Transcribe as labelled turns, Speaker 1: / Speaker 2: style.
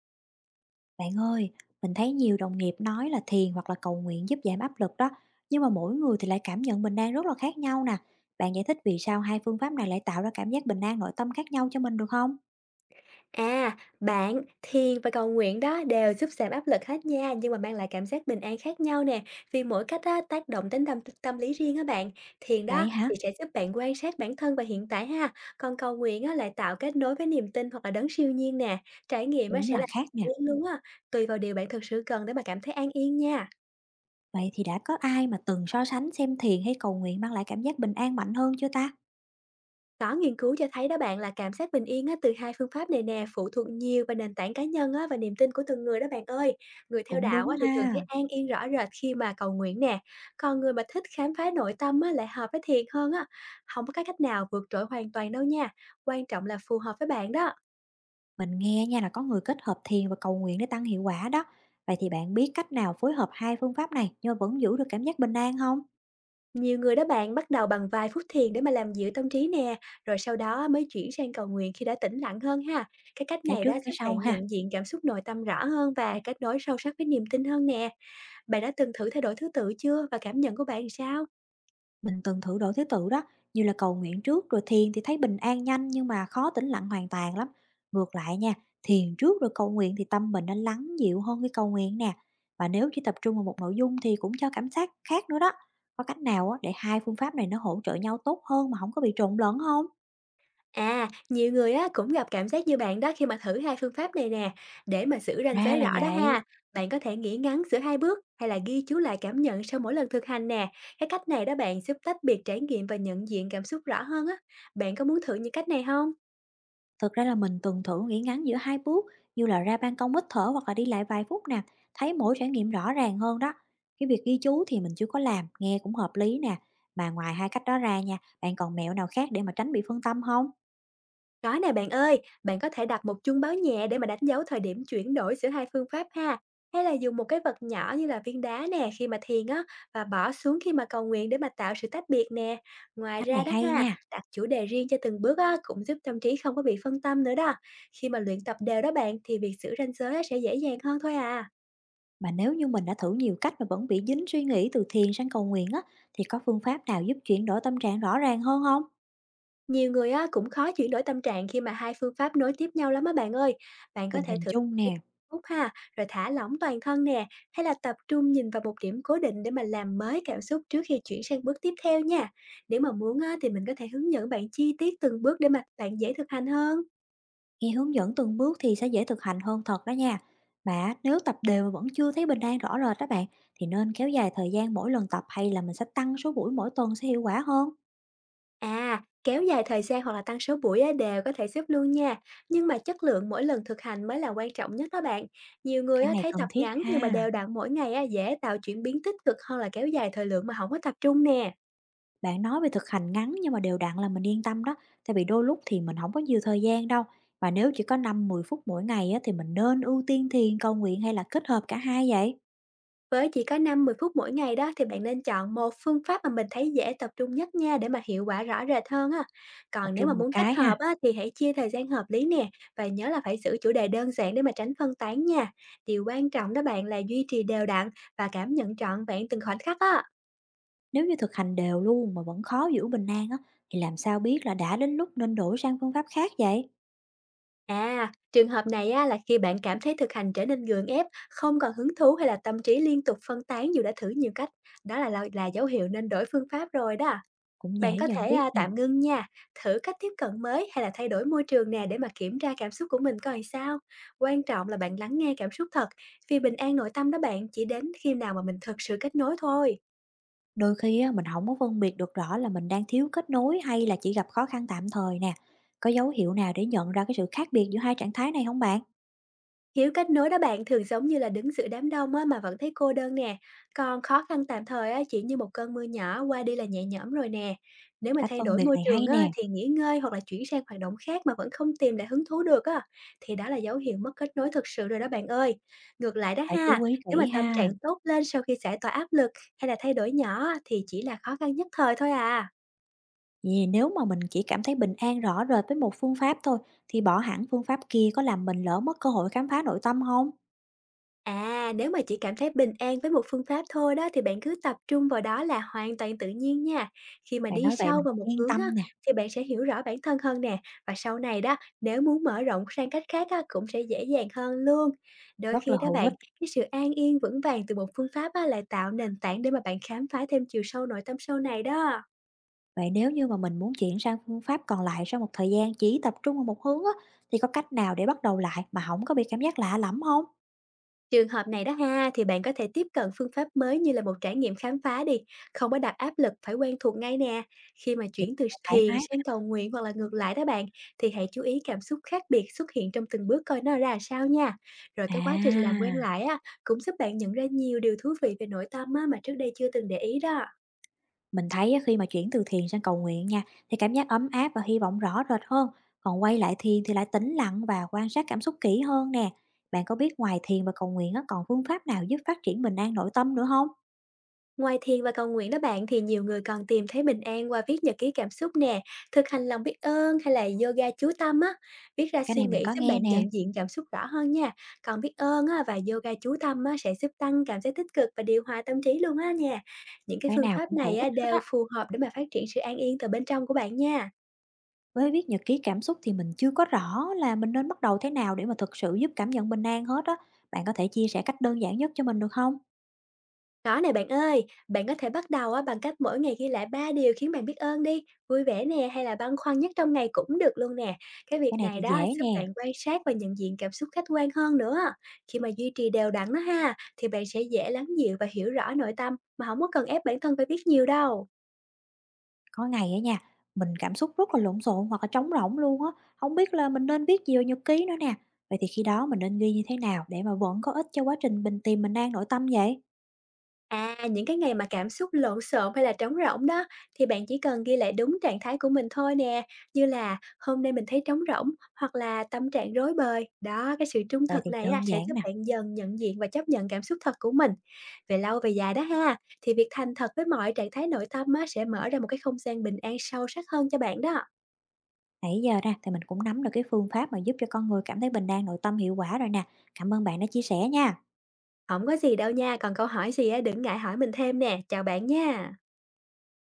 Speaker 1: Bạn ơi, mình thấy nhiều đồng nghiệp nói là thiền hoặc là cầu nguyện giúp giảm áp lực đó, nhưng mà mỗi người thì lại cảm nhận bình an rất là khác nhau nè. Bạn giải thích vì sao hai phương pháp này lại tạo ra cảm giác bình an nội tâm khác nhau cho mình được không?
Speaker 2: À, bạn, thiền và cầu nguyện đó đều giúp giảm áp lực hết nha, nhưng mà mang lại cảm giác bình an khác nhau nè, vì mỗi cách á, tác động đến tâm tâm lý riêng á bạn. Thiền đó
Speaker 1: Vậy hả?
Speaker 2: thì sẽ giúp bạn quan sát bản thân và hiện tại ha, còn cầu nguyện á, lại tạo kết nối với niềm tin hoặc là đấng siêu nhiên nè. Trải nghiệm á,
Speaker 1: Đúng
Speaker 2: sẽ là
Speaker 1: là khác nè.
Speaker 2: riêng luôn á, tùy vào điều bạn thực sự cần để mà cảm thấy an yên nha.
Speaker 1: Vậy thì đã có ai mà từng so sánh xem thiền hay cầu nguyện mang lại cảm giác bình an mạnh hơn chưa ta?
Speaker 2: Có nghiên cứu cho thấy đó bạn là cảm giác bình yên á, từ hai phương pháp này nè phụ thuộc nhiều vào nền tảng cá nhân á, và niềm tin của từng người đó bạn ơi. Người theo
Speaker 1: Cũng
Speaker 2: đạo
Speaker 1: đúng
Speaker 2: á, thì thường thấy
Speaker 1: ha.
Speaker 2: an yên rõ rệt khi mà cầu nguyện nè. Còn người mà thích khám phá nội tâm á, lại hợp với thiền hơn á. Không có cái cách nào vượt trội hoàn toàn đâu nha. Quan trọng là phù hợp với bạn đó.
Speaker 1: Mình nghe nha là có người kết hợp thiền và cầu nguyện để tăng hiệu quả đó. Vậy thì bạn biết cách nào phối hợp hai phương pháp này nhưng mà vẫn giữ được cảm giác bình an không?
Speaker 2: Nhiều người đó bạn bắt đầu bằng vài phút thiền để mà làm dịu tâm trí nè, rồi sau đó á, mới chuyển sang cầu nguyện khi đã tĩnh lặng hơn ha. Cái cách
Speaker 1: Cái
Speaker 2: này
Speaker 1: trước
Speaker 2: đó
Speaker 1: cái
Speaker 2: giúp
Speaker 1: sau
Speaker 2: bạn
Speaker 1: ha.
Speaker 2: nhận diện cảm xúc nội tâm rõ hơn và kết nối sâu sắc với niềm tin hơn nè. Bạn đã từng thử thay đổi thứ tự chưa và cảm nhận của bạn sao?
Speaker 1: Mình từng thử đổi thứ tự đó, như là cầu nguyện trước rồi thiền thì thấy bình an nhanh nhưng mà khó tĩnh lặng hoàn toàn lắm. Ngược lại nha, thiền trước rồi cầu nguyện thì tâm mình nó lắng dịu hơn cái cầu nguyện nè. Và nếu chỉ tập trung vào một nội dung thì cũng cho cảm giác khác nữa đó. Có cách nào á để hai phương pháp này nó hỗ trợ nhau tốt hơn mà không có bị trộn lẫn không?
Speaker 2: À, nhiều người á cũng gặp cảm giác như bạn đó khi mà thử hai phương pháp này nè. Để mà giữ ranh
Speaker 1: Ra
Speaker 2: giới
Speaker 1: là
Speaker 2: rõ đó
Speaker 1: vậy.
Speaker 2: ha, bạn có thể nghỉ ngắn giữa hai bước hay là ghi chú lại cảm nhận sau mỗi lần thực hành nè. Cái cách này đó bạn giúp tách biệt trải nghiệm và nhận diện cảm xúc rõ hơn á. Bạn có muốn thử những cách này không?
Speaker 1: Thực ra là mình từng thử nghỉ ngắn giữa hai bước, như là ra ban công hít thở hoặc là đi lại vài phút nè, thấy mỗi trải nghiệm rõ ràng hơn đó. Cái việc ghi chú thì mình chưa có làm, nghe cũng hợp lý nè. Mà ngoài hai cách đó ra nha, bạn còn mẹo nào khác để mà tránh bị phân tâm không?
Speaker 2: Có nè bạn ơi, bạn có thể đặt một chuông báo nhẹ để mà đánh dấu thời điểm chuyển đổi giữa hai phương pháp ha. Hay là dùng một cái vật nhỏ như là viên đá nè khi mà thiền á và bỏ xuống khi mà cầu nguyện để mà tạo sự tách biệt nè. Ngoài
Speaker 1: Cách
Speaker 2: ra
Speaker 1: này
Speaker 2: đó
Speaker 1: hay
Speaker 2: ha,
Speaker 1: nha.
Speaker 2: đặt chủ đề riêng cho từng bước á cũng giúp tâm trí không có bị phân tâm nữa đó. Khi mà luyện tập đều đó bạn thì việc giữ ranh giới á, sẽ dễ dàng hơn thôi à.
Speaker 1: Mà nếu như mình đã thử nhiều cách mà vẫn bị dính suy nghĩ từ thiền sang cầu nguyện á, thì có phương pháp nào giúp chuyển đổi tâm trạng rõ ràng hơn không?
Speaker 2: Nhiều người á cũng khó chuyển đổi tâm trạng khi mà hai phương pháp nối tiếp nhau lắm á bạn ơi. Bạn có
Speaker 1: Tình
Speaker 2: thể
Speaker 1: hình
Speaker 2: thử.
Speaker 1: chung nè.
Speaker 2: Tốt ha, rồi thả lỏng toàn thân nè, hay là tập trung nhìn vào một điểm cố định để mà làm mới cảm xúc trước khi chuyển sang bước tiếp theo nha. Nếu mà muốn á, thì mình có thể hướng dẫn bạn chi tiết từng bước để mà bạn dễ thực hành hơn.
Speaker 1: Nghe hướng dẫn từng bước thì sẽ dễ thực hành hơn thật đó nha. Mà nếu tập đều mà vẫn chưa thấy bình an rõ rệt đó bạn, thì nên kéo dài thời gian mỗi lần tập hay là mình sẽ tăng số buổi mỗi tuần sẽ hiệu quả hơn?
Speaker 2: À, kéo dài thời gian hoặc là tăng số buổi á, đều có thể xếp luôn nha. Nhưng mà chất lượng mỗi lần thực hành mới là quan trọng nhất đó bạn. Nhiều người
Speaker 1: Cái
Speaker 2: á,
Speaker 1: này
Speaker 2: thấy
Speaker 1: cần
Speaker 2: tập
Speaker 1: thiết
Speaker 2: ngắn nhưng mà
Speaker 1: ha.
Speaker 2: đều đặn mỗi ngày á, dễ tạo chuyển biến tích cực hơn là kéo dài thời lượng mà không có tập trung nè.
Speaker 1: Bạn nói về thực hành ngắn nhưng mà đều đặn là mình yên tâm đó, tại vì đôi lúc thì mình không có nhiều thời gian đâu. Và nếu chỉ có 5 10 phút mỗi ngày á, thì mình nên ưu tiên thiền cầu nguyện hay là kết hợp cả hai vậy?
Speaker 2: Với chỉ có năm mười phút mỗi ngày đó thì bạn nên chọn một phương pháp mà mình thấy dễ tập trung nhất nha để mà hiệu quả rõ rệt hơn á.
Speaker 1: Tập
Speaker 2: Còn nếu mà
Speaker 1: trung một
Speaker 2: muốn kết
Speaker 1: cái
Speaker 2: hợp
Speaker 1: ha.
Speaker 2: á, thì hãy chia thời gian hợp lý nè và nhớ là phải giữ chủ đề đơn giản để mà tránh phân tán nha. Điều quan trọng đó bạn là duy trì đều đặn và cảm nhận trọn vẹn từng khoảnh khắc á.
Speaker 1: Nếu như thực hành đều luôn mà vẫn khó giữ bình an á, thì làm sao biết là đã đến lúc nên đổi sang phương pháp khác vậy?
Speaker 2: À, trường hợp này á, là khi bạn cảm thấy thực hành trở nên gượng ép, không còn hứng thú hay là tâm trí liên tục phân tán dù đã thử nhiều cách. Đó là dấu hiệu nên đổi phương pháp rồi đó.
Speaker 1: Cũng
Speaker 2: Bạn
Speaker 1: dễ
Speaker 2: có
Speaker 1: nhận
Speaker 2: thể,
Speaker 1: biết nè,
Speaker 2: tạm ngưng nha, thử cách tiếp cận mới hay là thay đổi môi trường nè để mà kiểm tra cảm xúc của mình coi sao. Quan trọng là bạn lắng nghe cảm xúc thật, vì bình an nội tâm đó bạn chỉ đến khi nào mà mình thực sự kết nối thôi.
Speaker 1: đôi khi á, mình không có phân biệt được rõ là mình đang thiếu kết nối hay là chỉ gặp khó khăn tạm thời nè. Có dấu hiệu nào để nhận ra cái sự khác biệt giữa hai trạng thái này không bạn?
Speaker 2: Thiếu kết nối đó bạn thường giống như là đứng giữa đám đông á, mà vẫn thấy cô đơn nè. Còn khó khăn tạm thời á, chỉ như một cơn mưa nhỏ qua đi là nhẹ nhõm rồi nè. Nếu mà
Speaker 1: Cách
Speaker 2: thay
Speaker 1: phân
Speaker 2: đổi
Speaker 1: biệt
Speaker 2: môi
Speaker 1: này
Speaker 2: trường
Speaker 1: hay
Speaker 2: á,
Speaker 1: nè,
Speaker 2: thì nghỉ ngơi hoặc là chuyển sang hoạt động khác mà vẫn không tìm lại hứng thú được á, thì đó là dấu hiệu mất kết nối thực sự rồi đó bạn ơi. Ngược lại đó
Speaker 1: phải chú
Speaker 2: ha,
Speaker 1: ý
Speaker 2: nếu mà
Speaker 1: kỹ
Speaker 2: tâm
Speaker 1: ha.
Speaker 2: trạng tốt lên sau khi giải tỏa áp lực hay là thay đổi nhỏ á, thì chỉ là khó khăn nhất thời thôi à.
Speaker 1: Vì nếu mà mình chỉ cảm thấy bình an rõ rệt với một phương pháp thôi, thì bỏ hẳn phương pháp kia có làm mình lỡ mất cơ hội khám phá nội tâm không?
Speaker 2: À, nếu mà chỉ cảm thấy bình an với một phương pháp thôi đó thì bạn cứ tập trung vào đó là hoàn toàn tự nhiên nha. Khi mà
Speaker 1: Bạn
Speaker 2: đi
Speaker 1: nói vậy
Speaker 2: sâu
Speaker 1: mình
Speaker 2: vào một
Speaker 1: yên
Speaker 2: hướng á,
Speaker 1: tâm nè,
Speaker 2: thì bạn sẽ hiểu rõ bản thân hơn nè. Và sau này đó, nếu muốn mở rộng sang cách khác á, cũng sẽ dễ dàng hơn luôn. Đôi
Speaker 1: rất
Speaker 2: khi
Speaker 1: là
Speaker 2: đó
Speaker 1: hữu
Speaker 2: bạn,
Speaker 1: ích.
Speaker 2: cái sự an yên vững vàng từ một phương pháp á, lại tạo nền tảng để mà bạn khám phá thêm chiều sâu nội tâm sau này đó.
Speaker 1: Vậy nếu như mà mình muốn chuyển sang phương pháp còn lại sau một thời gian chỉ tập trung vào một hướng á, thì có cách nào để bắt đầu lại mà không có bị cảm giác lạ lẫm không?
Speaker 2: Trường hợp này đó ha, thì bạn có thể tiếp cận phương pháp mới như là một trải nghiệm khám phá đi, không có đặt áp lực phải quen thuộc ngay nè. Khi mà
Speaker 1: Kiểu,
Speaker 2: chuyển từ
Speaker 1: thoải
Speaker 2: thiền
Speaker 1: mái.
Speaker 2: sang cầu nguyện hoặc là ngược lại đó bạn, thì hãy chú ý cảm xúc khác biệt xuất hiện trong từng bước coi nó ra sao nha. Rồi cái quá trình làm
Speaker 1: À,
Speaker 2: quen lại á, cũng giúp bạn nhận ra nhiều điều thú vị về nội tâm á, mà trước đây chưa từng để ý đó.
Speaker 1: mình thấy á, khi mà chuyển từ thiền sang cầu nguyện nha, thì cảm giác ấm áp và hy vọng rõ rệt hơn, còn quay lại thiền thì lại tĩnh lặng và quan sát cảm xúc kỹ hơn nè. Bạn có biết ngoài thiền và cầu nguyện á, còn phương pháp nào giúp phát triển bình an nội tâm nữa không?
Speaker 2: Ngoài thiền và cầu nguyện đó bạn thì nhiều người còn tìm thấy bình an qua viết nhật ký cảm xúc nè, thực hành lòng biết ơn hay là yoga chú tâm á. Viết ra
Speaker 1: Cái
Speaker 2: suy
Speaker 1: này mình
Speaker 2: nghĩ
Speaker 1: có
Speaker 2: giúp
Speaker 1: nghe
Speaker 2: bạn
Speaker 1: nè,
Speaker 2: nhận diện cảm xúc rõ hơn nha. Còn biết ơn á, và yoga chú tâm á, sẽ giúp tăng cảm giác tích cực và điều hòa tâm trí luôn á nha. Những cái
Speaker 1: cái
Speaker 2: phương
Speaker 1: nào
Speaker 2: pháp
Speaker 1: cũng hữu
Speaker 2: này á,
Speaker 1: ích hết
Speaker 2: đều
Speaker 1: á.
Speaker 2: phù hợp để mà phát triển sự an yên từ bên trong của bạn nha.
Speaker 1: Với viết nhật ký cảm xúc thì mình chưa có rõ là mình nên bắt đầu thế nào để mà thực sự giúp cảm nhận bình an hết á. Bạn có thể chia sẻ cách đơn giản nhất cho mình được không?
Speaker 2: Có nè bạn ơi, bạn có thể bắt đầu á bằng cách mỗi ngày ghi lại 3 điều khiến bạn biết ơn đi, vui vẻ nè hay là băn khoăn nhất trong ngày cũng được luôn nè. Cái việc
Speaker 1: Cái này
Speaker 2: này
Speaker 1: thì
Speaker 2: đó
Speaker 1: dễ
Speaker 2: giúp
Speaker 1: nè.
Speaker 2: bạn quan sát và nhận diện cảm xúc khách quan hơn nữa. Khi mà duy trì đều đặn đó ha, thì bạn sẽ dễ lắng dịu và hiểu rõ nội tâm mà không có cần ép bản thân phải biết nhiều đâu.
Speaker 1: Có ngày á nha, mình cảm xúc rất là lộn xộn hoặc là trống rỗng luôn á. Không biết là mình nên viết gì vào nhật ký nữa nè. Vậy thì khi đó mình nên ghi như thế nào để mà vẫn có ích cho quá trình mình tìm bình an nội tâm vậy?
Speaker 2: À, những cái ngày mà cảm xúc lộn xộn hay là trống rỗng đó thì bạn chỉ cần ghi lại đúng trạng thái của mình thôi nè, như là hôm nay mình thấy trống rỗng hoặc là tâm trạng rối bời. Đó, cái sự trung
Speaker 1: Vậy
Speaker 2: thực
Speaker 1: thì
Speaker 2: này á,
Speaker 1: đơn
Speaker 2: sẽ
Speaker 1: giản
Speaker 2: giúp
Speaker 1: nè.
Speaker 2: bạn dần nhận diện và chấp nhận cảm xúc thật của mình. Về lâu về dài đó ha, thì việc thành thật với mọi trạng thái nội tâm á, sẽ mở ra một cái không gian bình an sâu sắc hơn cho bạn đó.
Speaker 1: Nãy giờ ra thì mình cũng nắm được cái phương pháp mà giúp cho con người cảm thấy bình an nội tâm hiệu quả rồi nè. Cảm ơn bạn đã chia sẻ nha.
Speaker 2: Không có gì đâu nha, còn câu hỏi gì á, đừng ngại hỏi mình thêm nè. Chào bạn nha.